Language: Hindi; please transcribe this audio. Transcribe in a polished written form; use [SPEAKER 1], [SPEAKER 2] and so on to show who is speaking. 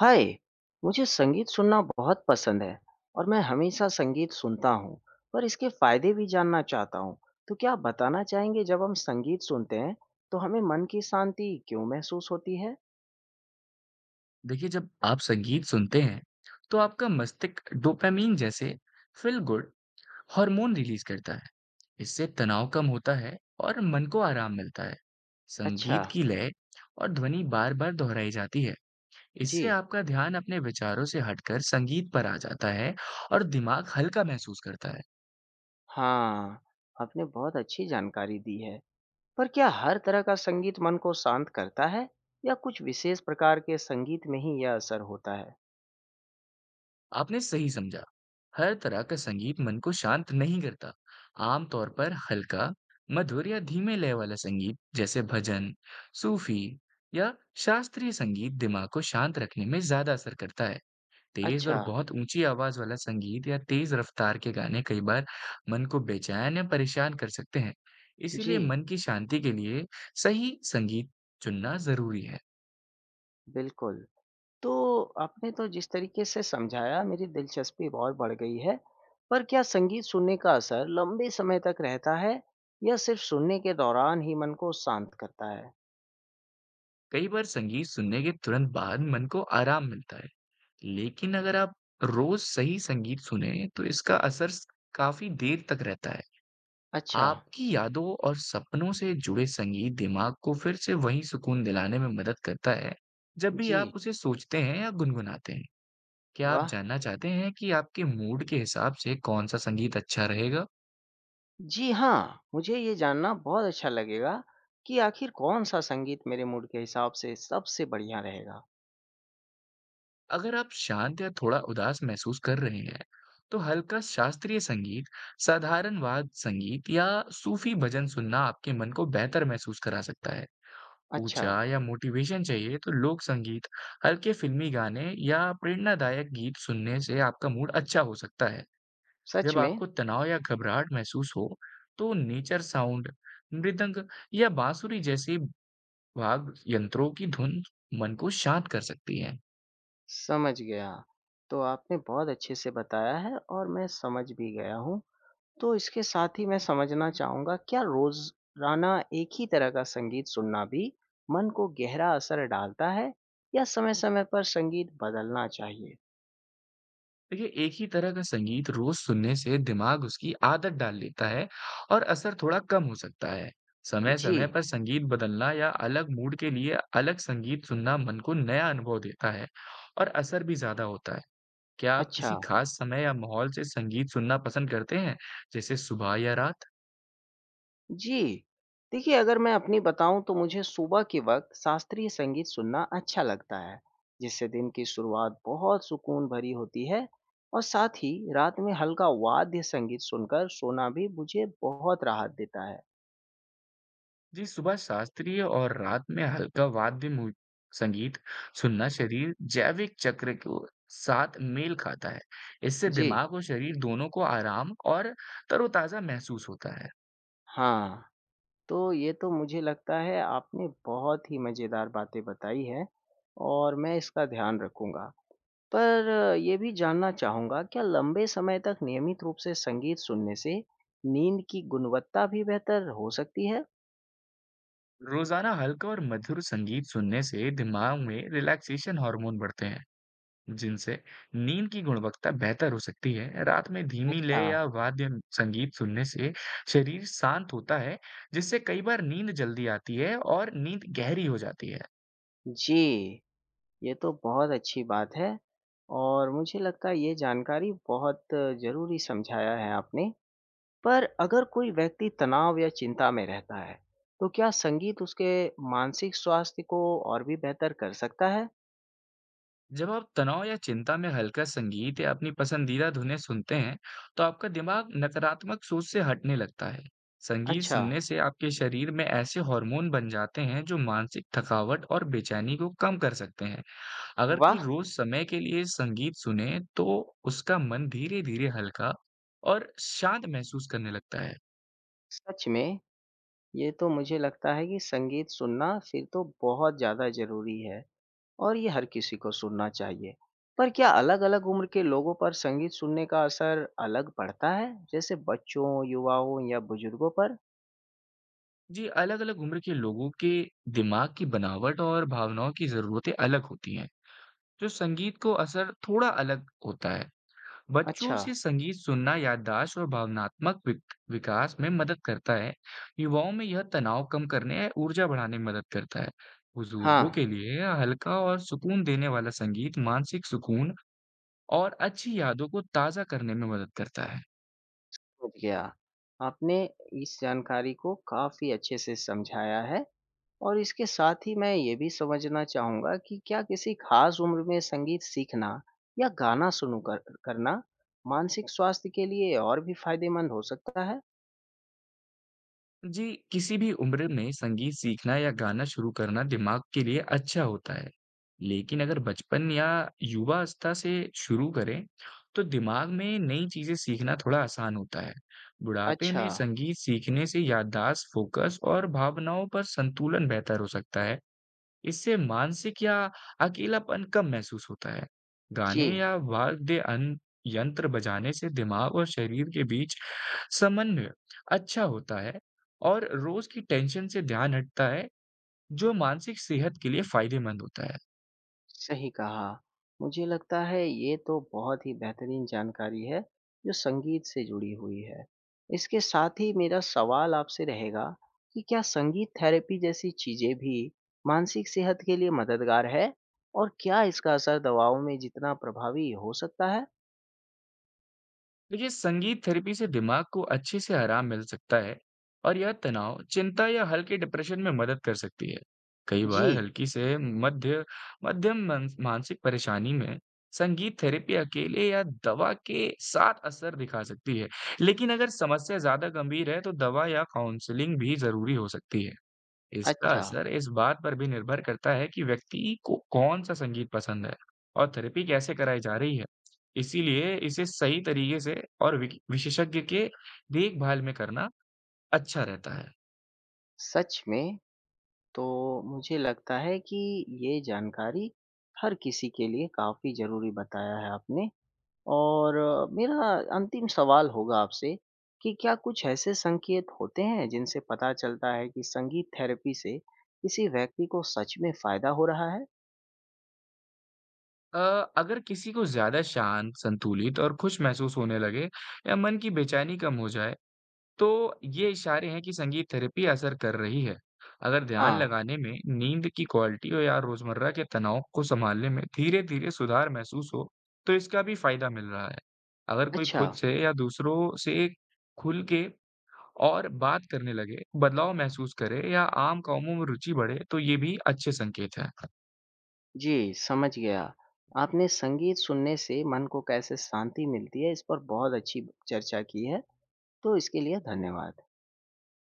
[SPEAKER 1] हाय! मुझे संगीत सुनना बहुत पसंद है और मैं हमेशा संगीत सुनता हूँ, पर इसके फायदे भी जानना चाहता हूँ। तो क्या आप बताना चाहेंगे जब हम संगीत सुनते हैं, तो हमें मन की शांति क्यों महसूस होती है?
[SPEAKER 2] देखिए, जब आप संगीत सुनते हैं तो आपका मस्तिष्क डोपामीन जैसे फील गुड हार्मोन रिलीज करता है। इससे तनाव कम होता है और मन को आराम मिलता है।
[SPEAKER 1] अच्छा,
[SPEAKER 2] संगीत की लय और ध्वनि बार बार दोहराई जाती है।
[SPEAKER 1] जी।
[SPEAKER 2] इससे आपका ध्यान अपने विचारों से हटकर संगीत पर आ जाता है और दिमाग हल्का महसूस करता है।
[SPEAKER 1] हाँ, आपने बहुत अच्छी जानकारी दी है। पर क्या हर तरह का संगीत मन को शांत करता है या कुछ विशेष प्रकार के संगीत में ही यह असर होता है?
[SPEAKER 2] आपने सही समझा। हर तरह का संगीत मन को शांत नहीं करता। आमतौर पर हल्का, मधुर या धीमे लय वाला संगीत जैसे भजन, सूफी या शास्त्रीय संगीत दिमाग को शांत रखने में ज़्यादा असर करता है। तेज़
[SPEAKER 1] अच्छा,
[SPEAKER 2] और बहुत ऊँची आवाज़ वाला संगीत या तेज़ रफ़्तार के गाने कई बार मन को बेचैन या परेशान कर सकते हैं। इसीलिए
[SPEAKER 1] जी,
[SPEAKER 2] मन की शांति के लिए सही संगीत चुनना ज़रूरी है।
[SPEAKER 1] बिल्कुल। तो आपने तो जिस तरीके से समझाया मेरी दिलचस्पी और बढ़ गई है। पर क्या संगीत सुनने का असर लंबे समय तक रहता है या सिर्फ सुनने के दौरान ही मन को शांत करता है?
[SPEAKER 2] कई बार संगीत सुनने के तुरंत बाद मन को आराम मिलता है। लेकिन अगर आप रोज सही संगीत सुनें, तो इसका असर स काफ़ी देर तक रहता है।
[SPEAKER 1] अच्छा।
[SPEAKER 2] आपकी यादों और सपनों से जुड़े संगीत दिमाग को फिर से वही सुकून दिलाने में मदद करता है, जब भी आप
[SPEAKER 1] जी।
[SPEAKER 2] उसे सोचते हैं या गुनगुनाते हैं। क्या आप
[SPEAKER 1] वाह,
[SPEAKER 2] जानना चाहते हैं कि आपके मूड के हिसाब से कौन-सा संगीत अच्छा रहेगा?
[SPEAKER 1] जी हाँ, मुझे ये जानना बहुत अच्छा लगेगा कि आखिर कौन सा संगीत मेरे मूड के हिसाब से सबसे बढ़िया रहेगा।
[SPEAKER 2] अगर आप शांत या थोड़ा उदास महसूस कर रहे हैं, तो हल्का शास्त्रीय संगीत, साधारण वाद्य संगीत या सूफ़ी भजन सुनना आपके मन को बेहतर महसूस करा सकता है।
[SPEAKER 1] अच्छा।
[SPEAKER 2] ऊर्जा या मोटिवेशन चाहिए तो लोक संगीत, हल्के फिल्मी गाने या प्रेरणादायक गीत सुनने से आपका मूड अच्छा हो सकता है।
[SPEAKER 1] सच
[SPEAKER 2] जब
[SPEAKER 1] में।
[SPEAKER 2] आपको तनाव या घबराहट महसूस हो, तो नेचर साउंड, मृदंग या बांसुरी जैसी वाद्य यंत्रों की धुन मन को शांत कर सकती है।
[SPEAKER 1] समझ गया। तो आपने बहुत अच्छे से बताया है और मैं समझ भी गया हूँ। तो इसके साथ ही मैं समझना चाहूँगा क्या रोज़ाना एक ही तरह का संगीत सुनना भी मन को गहरा असर डालता है या समय-समय पर संगीत बदलना चाहिए?
[SPEAKER 2] देखिए, एक ही तरह का संगीत रोज सुनने से दिमाग उसकी आदत डाल लेता है और असर थोड़ा कम हो सकता है। समय-समय
[SPEAKER 1] जी,
[SPEAKER 2] पर संगीत बदलना या अलग मूड के लिए अलग संगीत सुनना मन को नया अनुभव देता है और असर भी ज्यादा होता है। क्या आप
[SPEAKER 1] अच्छा।
[SPEAKER 2] किसी खास समय या माहौल से संगीत सुनना पसंद करते हैं, जैसे सुबह या रात?
[SPEAKER 1] जी, देखिए अगर मैं अपनी बताऊँ तो मुझे सुबह के वक़्त शास्त्रीय संगीत सुनना अच्छा लगता है, जिससे दिन की शुरुआत बहुत सुकून भरी होती है और साथ ही रात में हल्का वाद्य संगीत सुनकर सोना भी मुझे बहुत राहत देता है।
[SPEAKER 2] जी, सुबह शास्त्रीय और रात में हल्का वाद्य संगीत सुनना शरीर जैविक चक्र को साथ मेल खाता है। इससे
[SPEAKER 1] जी,
[SPEAKER 2] दिमाग और शरीर दोनों को आराम और तरोताजा महसूस होता है।
[SPEAKER 1] हाँ। तो ये तो मुझे लगता है आपने बहुत ही मज़ेदार बातें बताई हैं और मैं इसका ध्यान रखूँगा। पर ये भी जानना चाहूँगा क्या लंबे समय तक नियमित रूप से संगीत सुनने से नींद की गुणवत्ता भी बेहतर हो सकती है?
[SPEAKER 2] रोजाना हल्का और मधुर संगीत सुनने से दिमाग में रिलैक्सेशन हार्मोन बढ़ते हैं, जिनसे नींद की गुणवत्ता बेहतर हो सकती है। रात में धीमी
[SPEAKER 1] अच्छा,
[SPEAKER 2] लय या वाद्य संगीत सुनने से शरीर शांत होता है, जिससे कई बार नींद जल्दी आती है और नींद गहरी हो जाती है।
[SPEAKER 1] जी, ये तो बहुत अच्छी बात है और मुझे लगता है ये जानकारी बहुत ज़रूरी समझाया है आपने। पर अगर कोई व्यक्ति तनाव या चिंता में रहता है, तो क्या संगीत उसके मानसिक स्वास्थ्य को और भी बेहतर कर सकता है?
[SPEAKER 2] जब आप तनाव या चिंता में हल्का संगीत या अपनी पसंदीदा धुनें सुनते हैं, तो आपका दिमाग नकारात्मक सोच से हटने लगता है। संगीत
[SPEAKER 1] अच्छा,
[SPEAKER 2] सुनने से आपके शरीर में ऐसे हार्मोन बन जाते हैं जो मानसिक थकावट और बेचैनी को कम कर सकते हैं। अगर कोई
[SPEAKER 1] वाह!
[SPEAKER 2] रोज समय के लिए संगीत सुने, तो उसका मन धीरे-धीरे हल्का और शांत महसूस करने लगता है।
[SPEAKER 1] सच में, ये तो मुझे लगता है कि संगीत सुनना फिर तो बहुत ज़्यादा ज़रूरी है और ये हर किसी को सुनना चाहिए। पर क्या अलग-अलग उम्र के लोगों पर संगीत सुनने का असर अलग पड़ता है, जैसे बच्चों, युवाओं या बुजुर्गों पर?
[SPEAKER 2] जी, अलग-अलग उम्र के लोगों के दिमाग की बनावट और भावनाओं की ज़रूरतें अलग होती हैं, जो संगीत को असर थोड़ा अलग होता है। बच्चों
[SPEAKER 1] अच्छा,
[SPEAKER 2] से संगीत सुनना याददाश्त और भावनात्मक विकास में मदद करता है। युवाओं में यह तनाव कम करने और ऊर्जा बढ़ाने में मदद करता है।
[SPEAKER 1] हाँ।
[SPEAKER 2] बुजुर्गों के लिए हल्का और सुकून देने वाला संगीत मानसिक सुकून और अच्छी यादों को ताज़ा करने में मदद करता है।
[SPEAKER 1] समझ गया। आपने इस जानकारी को काफ़ी अच्छे से समझाया है और इसके साथ ही मैं ये भी समझना चाहूँगा कि क्या किसी ख़ास उम्र में संगीत सीखना या गाना सुनू कर करना मानसिक स्वास्थ्य के लिए और भी फ़ायदेमंद हो सकता है?
[SPEAKER 2] जी, किसी भी उम्र में संगीत सीखना या गाना शुरू करना दिमाग के लिए अच्छा होता है। लेकिन अगर बचपन या युवा अवस्था से शुरू करें, तो दिमाग में नई चीज़ें सीखना थोड़ा आसान होता है। बुढ़ापे
[SPEAKER 1] अच्छा,
[SPEAKER 2] में संगीत सीखने से याददाश्त, फ़ोकस और भावनाओं पर संतुलन बेहतर हो सकता है। इससे मानसिक या अकेलापन कम महसूस होता है।
[SPEAKER 1] जी।
[SPEAKER 2] गाने या वाद्य अन यंत्र बजाने से दिमाग और शरीर के बीच समन्वय अच्छा होता है और रोज की टेंशन से ध्यान हटता है, जो मानसिक सेहत के लिए फायदेमंद होता है।
[SPEAKER 1] सही कहा। मुझे लगता है ये तो बहुत ही बेहतरीन जानकारी है जो संगीत से जुड़ी हुई है। इसके साथ ही मेरा सवाल आपसे रहेगा कि क्या संगीत थेरेपी जैसी चीजें भी मानसिक सेहत के लिए मददगार है और क्या इसका असर दवाओं में जितना प्रभावी हो सकता है?
[SPEAKER 2] देखिए, संगीत थेरेपी से दिमाग को अच्छे से आराम मिल सकता है और यह तनाव, चिंता या हल्के डिप्रेशन में मदद कर सकती है। कई
[SPEAKER 1] जी,
[SPEAKER 2] बार हल्की से मध्य मध्यम मानसिक परेशानी में संगीत थेरेपी अकेले या दवा के साथ असर दिखा सकती है। लेकिन अगर समस्या ज्यादा गंभीर है तो दवा या काउंसलिंग भी जरूरी हो सकती है। इसका
[SPEAKER 1] अच्छा।
[SPEAKER 2] असर इस बात पर भी निर्भर करता है कि व्यक्ति को कौन-सा संगीत पसंद है और थेरेपी कैसे कराई जा रही है। इसीलिए इसे सही तरीके से और विक विशेषज्ञ के देखभाल में करना अच्छा रहता है।
[SPEAKER 1] सच में, तो मुझे लगता है कि ये जानकारी हर किसी के लिए काफी जरूरी बताया है आपने। और मेरा अंतिम सवाल होगा आपसे कि क्या कुछ ऐसे संकेत होते हैं जिनसे पता चलता है कि संगीत थेरेपी से किसी व्यक्ति को सच में फायदा हो रहा है?
[SPEAKER 2] अ, अगर किसी को ज़्यादा शांत, संतुलित और खुश महसूस होने लगे या मन की बेचैनी कम हो जाए, तो ये इशारे हैं कि संगीत थेरेपी असर कर रही है। अगर ध्यान
[SPEAKER 1] हाँ,
[SPEAKER 2] लगाने में, नींद की क्वालिटी हो या रोज़मर्रा के तनाव को सँभालने में धीरे-धीरे सुधार महसूस हो, तो इसका भी फ़ायदा मिल रहा है। अगर कोई
[SPEAKER 1] अच्छा,
[SPEAKER 2] खुद से या दूसरों से खुल के और बात करने लगे, बदलाव महसूस करे या आम कामों में रुचि बढ़े, तो ये भी अच्छे संकेत हैं।
[SPEAKER 1] जी, समझ गया। आपने संगीत सुनने से मन को कैसे शांति मिलती है, इस पर बहुत अच्छी चर्चा की है, तो इसके लिए धन्यवाद।